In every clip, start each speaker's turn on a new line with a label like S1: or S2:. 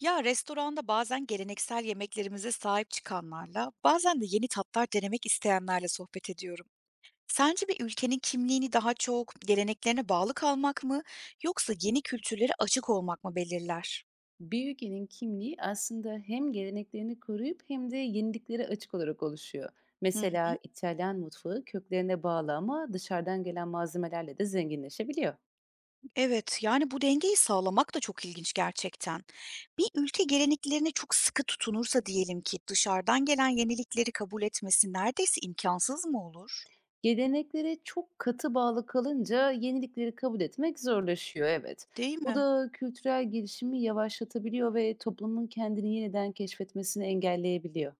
S1: Ya, restoranda bazen geleneksel yemeklerimize sahip çıkanlarla, bazen de yeni tatlar denemek isteyenlerle sohbet ediyorum. Sence bir ülkenin kimliğini daha çok geleneklerine bağlı kalmak mı yoksa yeni kültürlere açık olmak mı belirler?
S2: Bir ülkenin kimliği aslında hem geleneklerini koruyup hem de yeniliklere açık olarak oluşuyor.
S1: Hı hı.
S2: Mesela İtalyan mutfağı köklerine bağlı ama dışarıdan gelen malzemelerle de zenginleşebiliyor.
S1: Evet, yani bu dengeyi sağlamak da çok ilginç gerçekten. Bir ülke geleneklerine çok sıkı tutunursa diyelim ki dışarıdan gelen yenilikleri kabul etmesi neredeyse imkansız mı olur?
S2: Geleneklere çok katı bağlı kalınca yenilikleri kabul etmek zorlaşıyor, evet.
S1: Değil
S2: Bu
S1: mi?
S2: da kültürel gelişimi yavaşlatabiliyor ve toplumun kendini yeniden keşfetmesini engelleyebiliyor.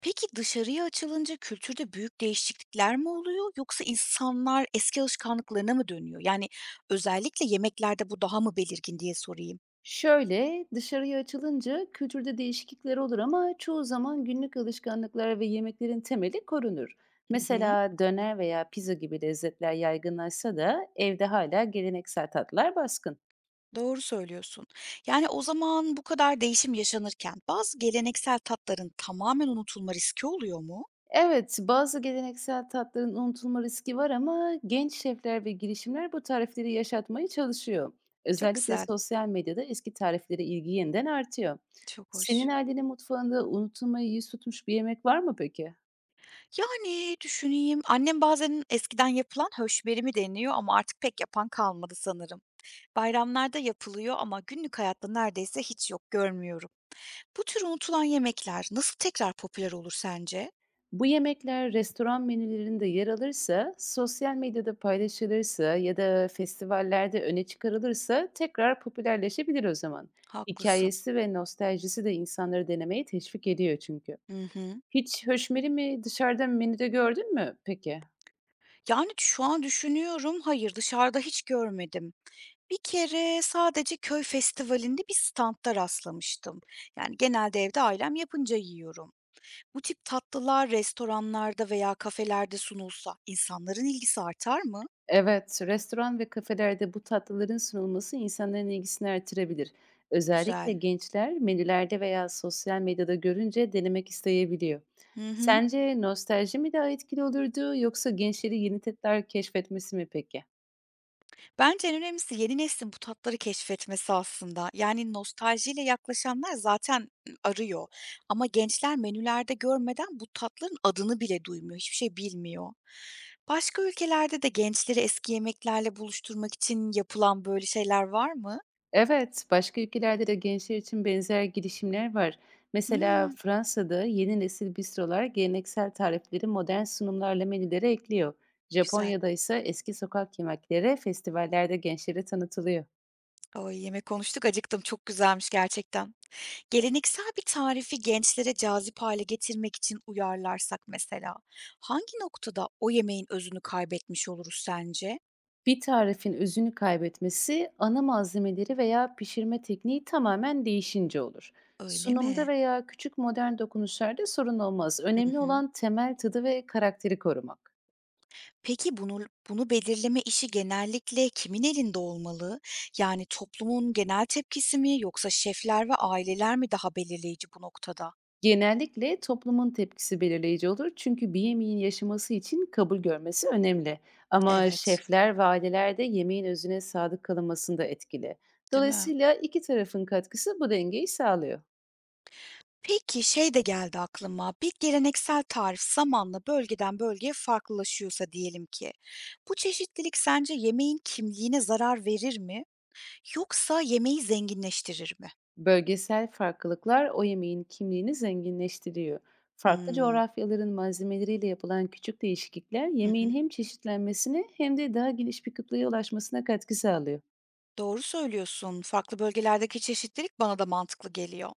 S1: Peki dışarıya açılınca kültürde büyük değişiklikler mi oluyor yoksa insanlar eski alışkanlıklarına mı dönüyor? Yani özellikle yemeklerde bu daha mı belirgin diye sorayım.
S2: Şöyle, dışarıya açılınca kültürde değişiklikler olur ama çoğu zaman günlük alışkanlıklar ve yemeklerin temeli korunur.
S1: Hı hı.
S2: Mesela döner veya pizza gibi lezzetler yaygınlaşsa da evde hala geleneksel tatlar baskın.
S1: Doğru söylüyorsun. Yani o zaman bu kadar değişim yaşanırken bazı geleneksel tatların tamamen unutulma riski oluyor mu?
S2: Evet, bazı geleneksel tatların unutulma riski var ama genç şefler ve girişimler bu tarifleri yaşatmaya çalışıyor.
S1: Çok
S2: Özellikle
S1: güzel.
S2: sosyal medyada eski tariflere ilgi yeniden artıyor.
S1: Çok
S2: Senin
S1: hoş.
S2: ailenin mutfağında unutulmayı yüz tutmuş bir yemek var mı peki?
S1: Yani düşüneyim. Annem bazen eskiden yapılan höşberi deniyor ama artık pek yapan kalmadı sanırım. Bayramlarda yapılıyor ama günlük hayatta neredeyse hiç yok görmüyorum. Bu tür unutulan yemekler nasıl tekrar popüler olur sence?
S2: Bu yemekler restoran menülerinde yer alırsa, sosyal medyada paylaşılırsa ya da festivallerde öne çıkarılırsa tekrar popülerleşebilir o zaman.
S1: Haklısın.
S2: Hikayesi ve nostaljisi de insanları denemeye teşvik ediyor çünkü.
S1: Hı hı.
S2: Hiç höşmeri mi dışarıda menüde gördün mü peki?
S1: Yani şu an düşünüyorum, hayır dışarıda hiç görmedim. Bir kere sadece köy festivalinde bir standta rastlamıştım. Yani genelde evde ailem yapınca yiyorum. Bu tip tatlılar restoranlarda veya kafelerde sunulsa insanların ilgisi artar mı?
S2: Evet, restoran ve kafelerde bu tatlıların sunulması insanların ilgisini artırabilir. Özellikle
S1: Güzel.
S2: gençler menülerde veya sosyal medyada görünce denemek isteyebiliyor.
S1: Hı hı.
S2: Sence nostalji mi daha etkili olurdu, yoksa gençleri yeni tatlar keşfetmesi mi peki?
S1: Bence en önemlisi yeni neslin bu tatları keşfetmesi aslında. Yani nostaljiyle yaklaşanlar zaten arıyor ama gençler menülerde görmeden bu tatların adını bile duymuyor, hiçbir şey bilmiyor. Başka ülkelerde de gençleri eski yemeklerle buluşturmak için yapılan böyle şeyler var mı?
S2: Evet, başka ülkelerde de gençler için benzer girişimler var. Mesela
S1: Hımm,
S2: Fransa'da yeni nesil bistrolar geleneksel tarifleri modern sunumlarla menülere ekliyor.
S1: güzel.
S2: Japonya'da ise eski sokak yemekleri festivallerde gençlere tanıtılıyor.
S1: O yemek konuştuk, acıktım. Çok güzelmiş gerçekten. Geleneksel bir tarifi gençlere cazip hale getirmek için uyarlarsak mesela, hangi noktada o yemeğin özünü kaybetmiş oluruz sence?
S2: Bir tarifin özünü kaybetmesi, ana malzemeleri veya pişirme tekniği tamamen değişince olur.
S1: Öyle
S2: Sunumda
S1: mi?
S2: veya küçük modern dokunuşlarda sorun olmaz.
S1: Hı
S2: Önemli
S1: hı.
S2: olan temel tadı ve karakteri korumak.
S1: Peki bunu belirleme işi genellikle kimin elinde olmalı? Yani toplumun genel tepkisi mi yoksa şefler ve aileler mi daha belirleyici bu noktada?
S2: Genellikle toplumun tepkisi belirleyici olur, çünkü bir yemeğin yaşaması için kabul görmesi önemli. Ama
S1: Evet,
S2: şefler ve aileler de yemeğin özüne sadık kalınmasında etkili.
S1: değil mi?
S2: Dolayısıyla iki tarafın katkısı bu dengeyi sağlıyor.
S1: Peki, şey de geldi aklıma, bir geleneksel tarif zamanla bölgeden bölgeye farklılaşıyorsa diyelim ki, bu çeşitlilik sence yemeğin kimliğine zarar verir mi yoksa yemeği zenginleştirir mi?
S2: Bölgesel farklılıklar o yemeğin kimliğini zenginleştiriyor. Farklı
S1: Hımm.
S2: coğrafyaların malzemeleriyle yapılan küçük değişiklikler,
S1: Hı hı.
S2: yemeğin hem çeşitlenmesine hem de daha geniş bir kıtlığa ulaşmasına katkı sağlıyor.
S1: Doğru söylüyorsun. Farklı bölgelerdeki çeşitlilik bana da mantıklı geliyor.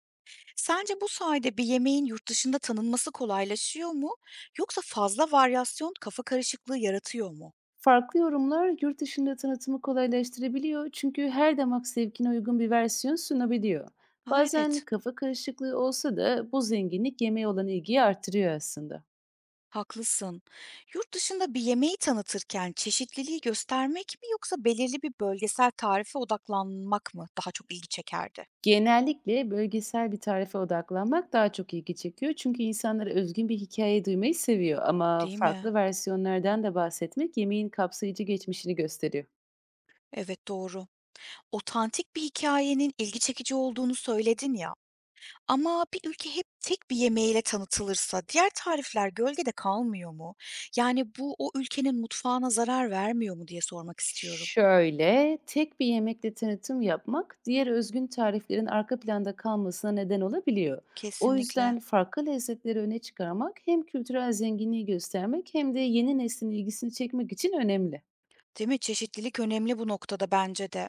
S1: Sence bu sayede bir yemeğin yurt dışında tanınması kolaylaşıyor mu yoksa fazla varyasyon kafa karışıklığı yaratıyor mu?
S2: Farklı yorumlar yurt dışında tanıtımı kolaylaştırabiliyor, çünkü her damak zevkine uygun bir versiyon sunabiliyor.
S1: A,
S2: Bazen
S1: evet.
S2: kafa karışıklığı olsa da bu zenginlik yemeğe olan ilgiyi artırıyor aslında.
S1: Haklısın. Yurt dışında bir yemeği tanıtırken çeşitliliği göstermek mi yoksa belirli bir bölgesel tarife odaklanmak mı daha çok ilgi çekerdi?
S2: Genellikle bölgesel bir tarife odaklanmak daha çok ilgi çekiyor. Çünkü insanlar özgün bir hikaye duymayı seviyor, ama
S1: Değil mi?
S2: farklı versiyonlardan da bahsetmek yemeğin kapsayıcı geçmişini gösteriyor.
S1: Evet doğru. Otantik bir hikayenin ilgi çekici olduğunu söyledin ya. Ama bir ülke hep tek bir yemeğiyle tanıtılırsa diğer tarifler gölgede kalmıyor mu? Yani bu o ülkenin mutfağına zarar vermiyor mu diye sormak istiyorum.
S2: Şöyle, tek bir yemekle tanıtım yapmak diğer özgün tariflerin arka planda kalmasına neden olabiliyor. O
S1: Kesinlikle.
S2: yüzden farklı lezzetleri öne çıkarmak, hem kültürel zenginliği göstermek hem de yeni neslin ilgisini çekmek için önemli.
S1: Değil mi? Çeşitlilik önemli bu noktada bence de.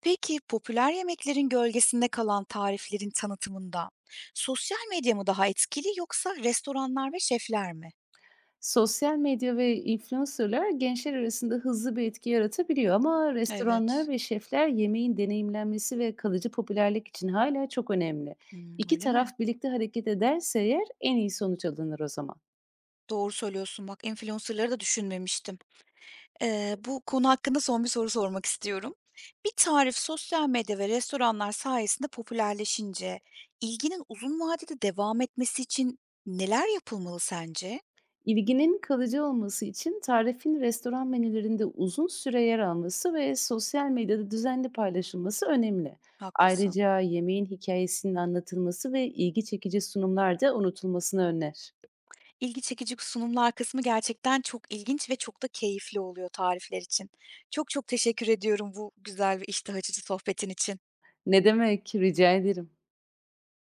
S1: Peki, popüler yemeklerin gölgesinde kalan tariflerin tanıtımında sosyal medya mı daha etkili yoksa restoranlar ve şefler mi?
S2: Sosyal medya ve influencer'lar gençler arasında hızlı bir etki yaratabiliyor, ama restoranlar
S1: Evet.
S2: ve şefler yemeğin deneyimlenmesi ve kalıcı popülerlik için hala çok önemli.
S1: Hımm,
S2: İki
S1: öyle
S2: taraf
S1: mi?
S2: birlikte hareket ederse eğer en iyi sonuç alınır o zaman.
S1: Doğru söylüyorsun, bak influencer'ları da düşünmemiştim. Bu konu hakkında son bir soru sormak istiyorum. Bir tarif sosyal medya ve restoranlar sayesinde popülerleşince ilginin uzun vadede devam etmesi için neler yapılmalı sence?
S2: İlginin kalıcı olması için tarifin restoran menülerinde uzun süre yer alması ve sosyal medyada düzenli paylaşılması önemli.
S1: Haklısın.
S2: Ayrıca yemeğin hikayesinin anlatılması ve ilgi çekici sunumlar da unutulmasını önler.
S1: İlgi çekici sunumlar kısmı gerçekten çok ilginç ve çok da keyifli oluyor tarifler için. Çok çok teşekkür ediyorum bu güzel ve iştah açıcı sohbetin için.
S2: Ne demek? Rica ederim.